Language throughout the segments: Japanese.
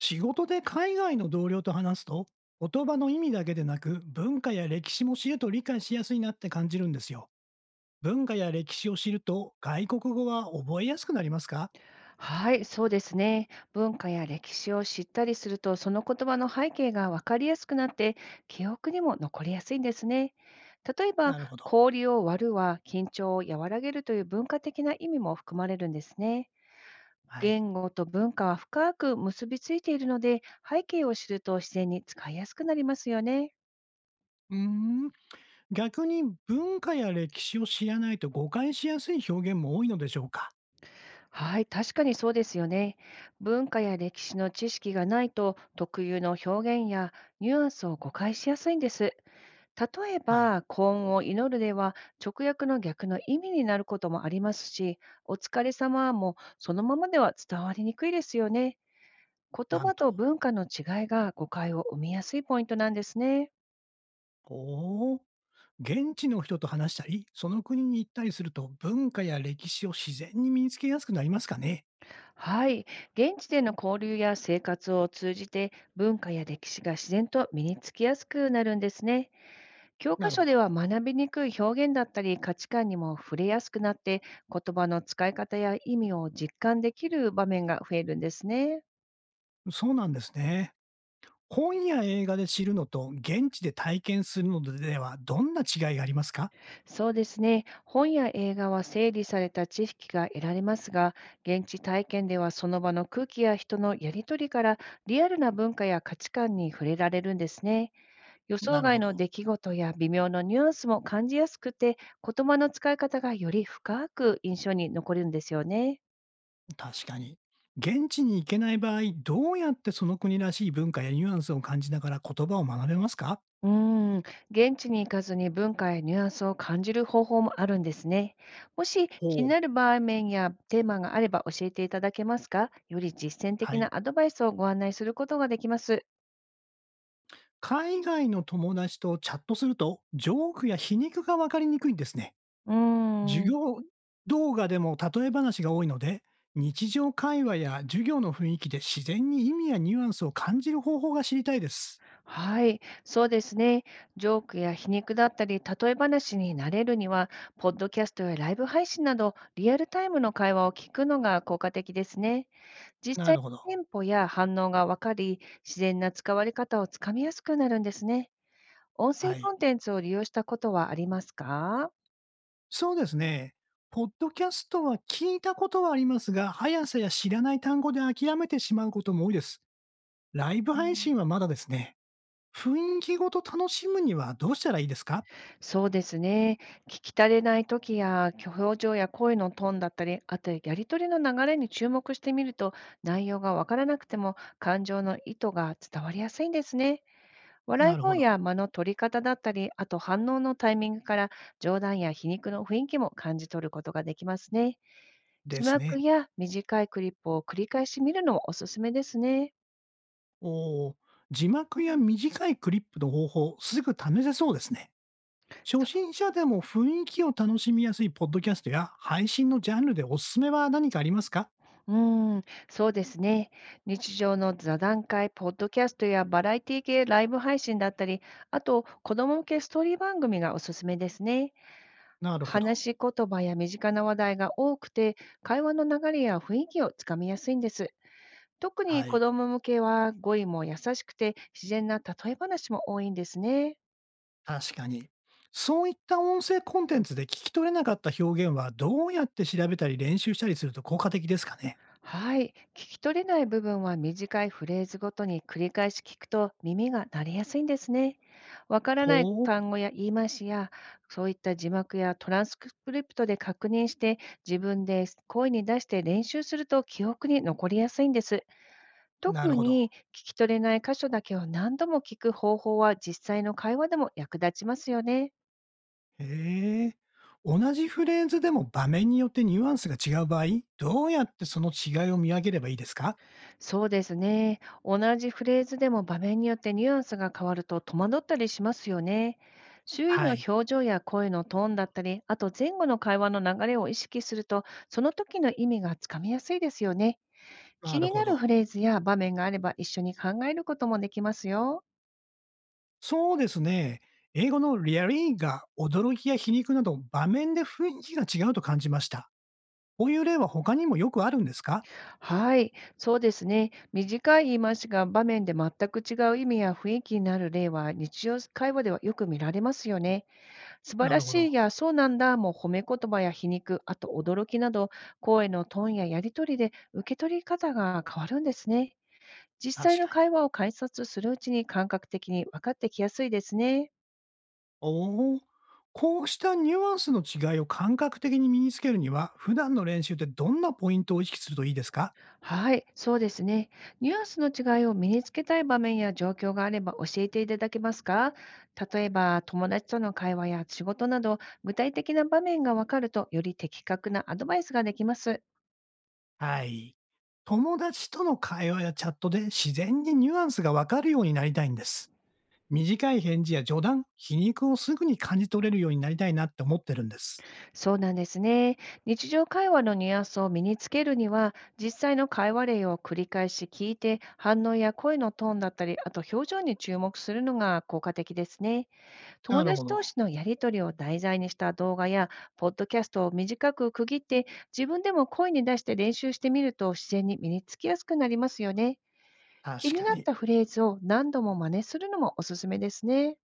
仕事で海外の同僚と話すと、言葉の意味だけでなく、文化や歴史も知ると理解しやすいなって感じるんですよ。文化や歴史を知ると、外国語は覚えやすくなりますか？はい、そうですね。文化や歴史を知ったりすると、その言葉の背景が分かりやすくなって、記憶にも残りやすいんですね。例えば、なるほど。氷を割るは緊張を和らげるという文化的な意味も含まれるんですね。はい。言語と文化は深く結びついているので、背景を知ると自然に使いやすくなりますよね。うーん。逆に文化や歴史を知らないと誤解しやすい表現も多いのでしょうか？はい、確かにそうですよね。文化や歴史の知識がないと、特有の表現やニュアンスを誤解しやすいんです。例えはい。ば、幸運を祈るでは直訳の逆の意味になることもありますし、お疲れ様もそのままでは伝わりにくいですよね。言なん葉と。と文化の違いが誤解を生みやすいポイントなんですね。おー。現地の人と話したり、その国に行ったりすると、文化や歴史を自然に身につけやすくなりますかね？はい。現地での交流や生活を通じて文化や歴史が自然と身につきやすくなるんですね。教科なるほ書でど。は学びにくい表現だったり価値観にも触れやすくなって、言葉の使い方や意味を実感できる場面が増えるんですね。そうなんですね。本や映画で知るのと、現地で体験するのでは、どんな違いがありますか？そうですね。本や映画は整理された知識が得られますが、現地体験ではその場の空気や人のやり取りからリアルな文化や価値観に触れられるんですね。予想なる外ほのど。出来事や微妙なニュアンスも感じやすくて、言葉の使い方がより深く印象に残るんですよね。確かに。現地に行けない場合、どうやってその国らしい文化やニュアンスを感じながら言葉を学べますか？うーん、現地に行かずに文化やニュアンスを感じる方法もあるんですね。もし気ほにう。なる場面やテーマがあれば教えていただけますか？より実践は的い。なアドバイスをご案内することができます。海外の友達とチャットすると、ジョークや皮肉が分かりにくいんですね。うー授ん、業動画でも例え話が多いので、日常会話や授業の雰囲気で自然に意味やニュアンスを感じる方法が知りたいです。はい、そうですね。ジョークや皮肉だったり、例え話になれるには、ポッドキャストやライブ配信など、リアルタイムの会話を聞くのが効果的ですね。実な際、るほど。テンポや反応が分かり、自然な使われ方をつかみやすくなるんですね。音声はコい。ンテンツを利用したことはありますか？そうですね。ポッドキャストは聞いたことはありますが、速さや知らない単語で諦めてしまうことも多いです。ライブう配ん。信はまだですね。雰囲気ごと楽しむにはどうしたらいいですか？そうですね。聞き足れない時や、表情や声のトーンだったり、あとやり取りの流れに注目してみると、内容がわからなくても感情の意図が伝わりやすいんですね。笑ないるほ声やど。間の取り方だったり、あと反応のタイミングから、冗談や皮肉の雰囲気も感じ取ることができますね。で字すね。幕や短いクリップを繰り返し見るのもおすすめですね。おー。字幕や短いクリップの方法、すぐ試せそうですね。初心者でも雰囲気を楽しみやすいポッドキャストや配信のジャンルでおすすめは何かありますか？うーん、そうですね。日常の座談会、ポッドキャストやバラエティ系ライブ配信だったり、あと子供向けストーリー番組がおすすめですね。なるほど。話し言葉や身近な話題が多くて、会話の流れや雰囲気をつかみやすいんです。特には子い。供向けは語彙も優しくて、自然な例え話も多いんですね。確かに。そういった音声コンテンツで聞き取れなかった表現は、どうやって調べたり練習したりすると効果的ですかね？はい。聞き取れない部分は短いフレーズごとに繰り返し聞くと耳が慣れやすいんですね。わからないほう、単語や言い回しや、そういった字幕やトランスクリプトで確認して、自分で声に出して練習すると記憶に残りやすいんです。なる特ほにど。聞き取れない箇所だけを何度も聞く方法は実際の会話でも役立ちますよね。へえ。同じフレーズでも場面によってニュアンスが違う場合、どうやってその違いを見分ければいいですか？そうですね。同じフレーズでも場面によってニュアンスが変わると戸惑ったりしますよね。周囲はのい、表情や声のトーンだったり、あと前後の会話の流れを意識すると、その時の意味がつかみやすいですよね。な気るにほなるフど。レーズや場面があれば一緒に考えることもできますよ。そうですね。英語の「リアリー」が驚きや皮肉など、場面で雰囲気が違うと感じました。こういう例は他にもよくあるんですか？はい、そうですね。短い言い回しが場面で全く違う意味や雰囲気になる例は日常会話ではよく見られますよね。素晴ならるほしいど、やそうなんだも褒め言葉や皮肉、あと驚きなど、声のトーンややり取りで受け取り方が変わるんですね。実際確のか会に。話を観察するうちに感覚的に分かってきやすいですね。おお、こうしたニュアンスの違いを感覚的に身につけるには、普段の練習でどんなポイントを意識するといいですか？はい、そうですね。ニュアンスの違いを身につけたい場面や状況があれば教えていただけますか？例えば、友達との会話や仕事など、具体的な場面が分かるとより的確なアドバイスができます。はい。友達との会話やチャットで自然にニュアンスがわかるようになりたいんです。短い返事や冗談、皮肉をすぐに感じ取れるようになりたいなって思ってるんです。そうなんですね。日常会話のニュアンスを身につけるには、実際の会話例を繰り返し聞いて、反応や声のトーンだったり、あと表情に注目するのが効果的ですね。友なるほ達同ど。士のやりとりを題材にした動画や、ポッドキャストを短く区切って、自分でも声に出して練習してみると自然に身につきやすくなりますよね。気確にかなっに。たフレーズを何度も真似するのもおすすめですね。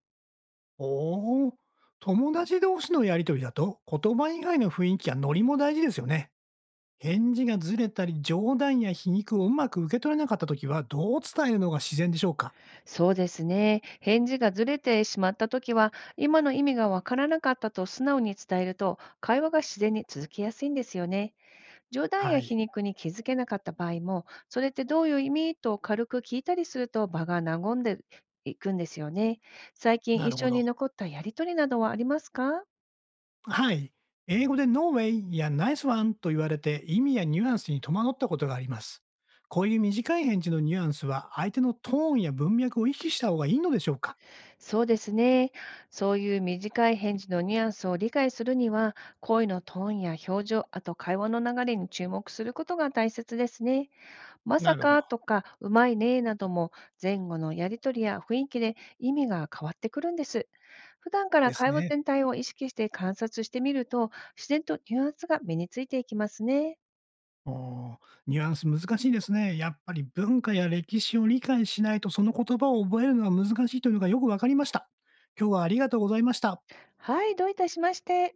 おお。友達同士のやりとりだと、言葉以外の雰囲気やノリも大事ですよね。返事がずれたり、冗談や皮肉をうまく受け取れなかったときは、どう伝えるのが自然でしょうか？そうですね。返事がずれてしまったときは、今の意味がわからなかったと素直に伝えると、会話が自然に続きやすいんですよね。冗談やは皮い。肉に気づけなかった場合も、それってどういう意味と軽く聞いたりすると場が和んでいくんですよね。最近なる一ほ緒ど。に残ったやりとりなどはありますか？はい。英語で No way や Nice one と言われて、意味やニュアンスに戸惑ったことがあります。こういう短い返事のニュアンスは、相手のトーンや文脈を意識した方がいいのでしょうか？そうですね。そういう短い返事のニュアンスを理解するには、声のトーンや表情、あと会話の流れに注目することが大切ですね。まさなるほかど。とか、うまいねなども、前後のやりとりや雰囲気で意味が変わってくるんです。普段からです会話ね。全体を意識して観察してみると、自然とニュアンスが身についていきますね。おー。ニュアンス難しいですね。やっぱり文化や歴史を理解しないとその言葉を覚えるのは難しいというのがよくわかりました。今日はありがとうございました。はい、どういたしまして。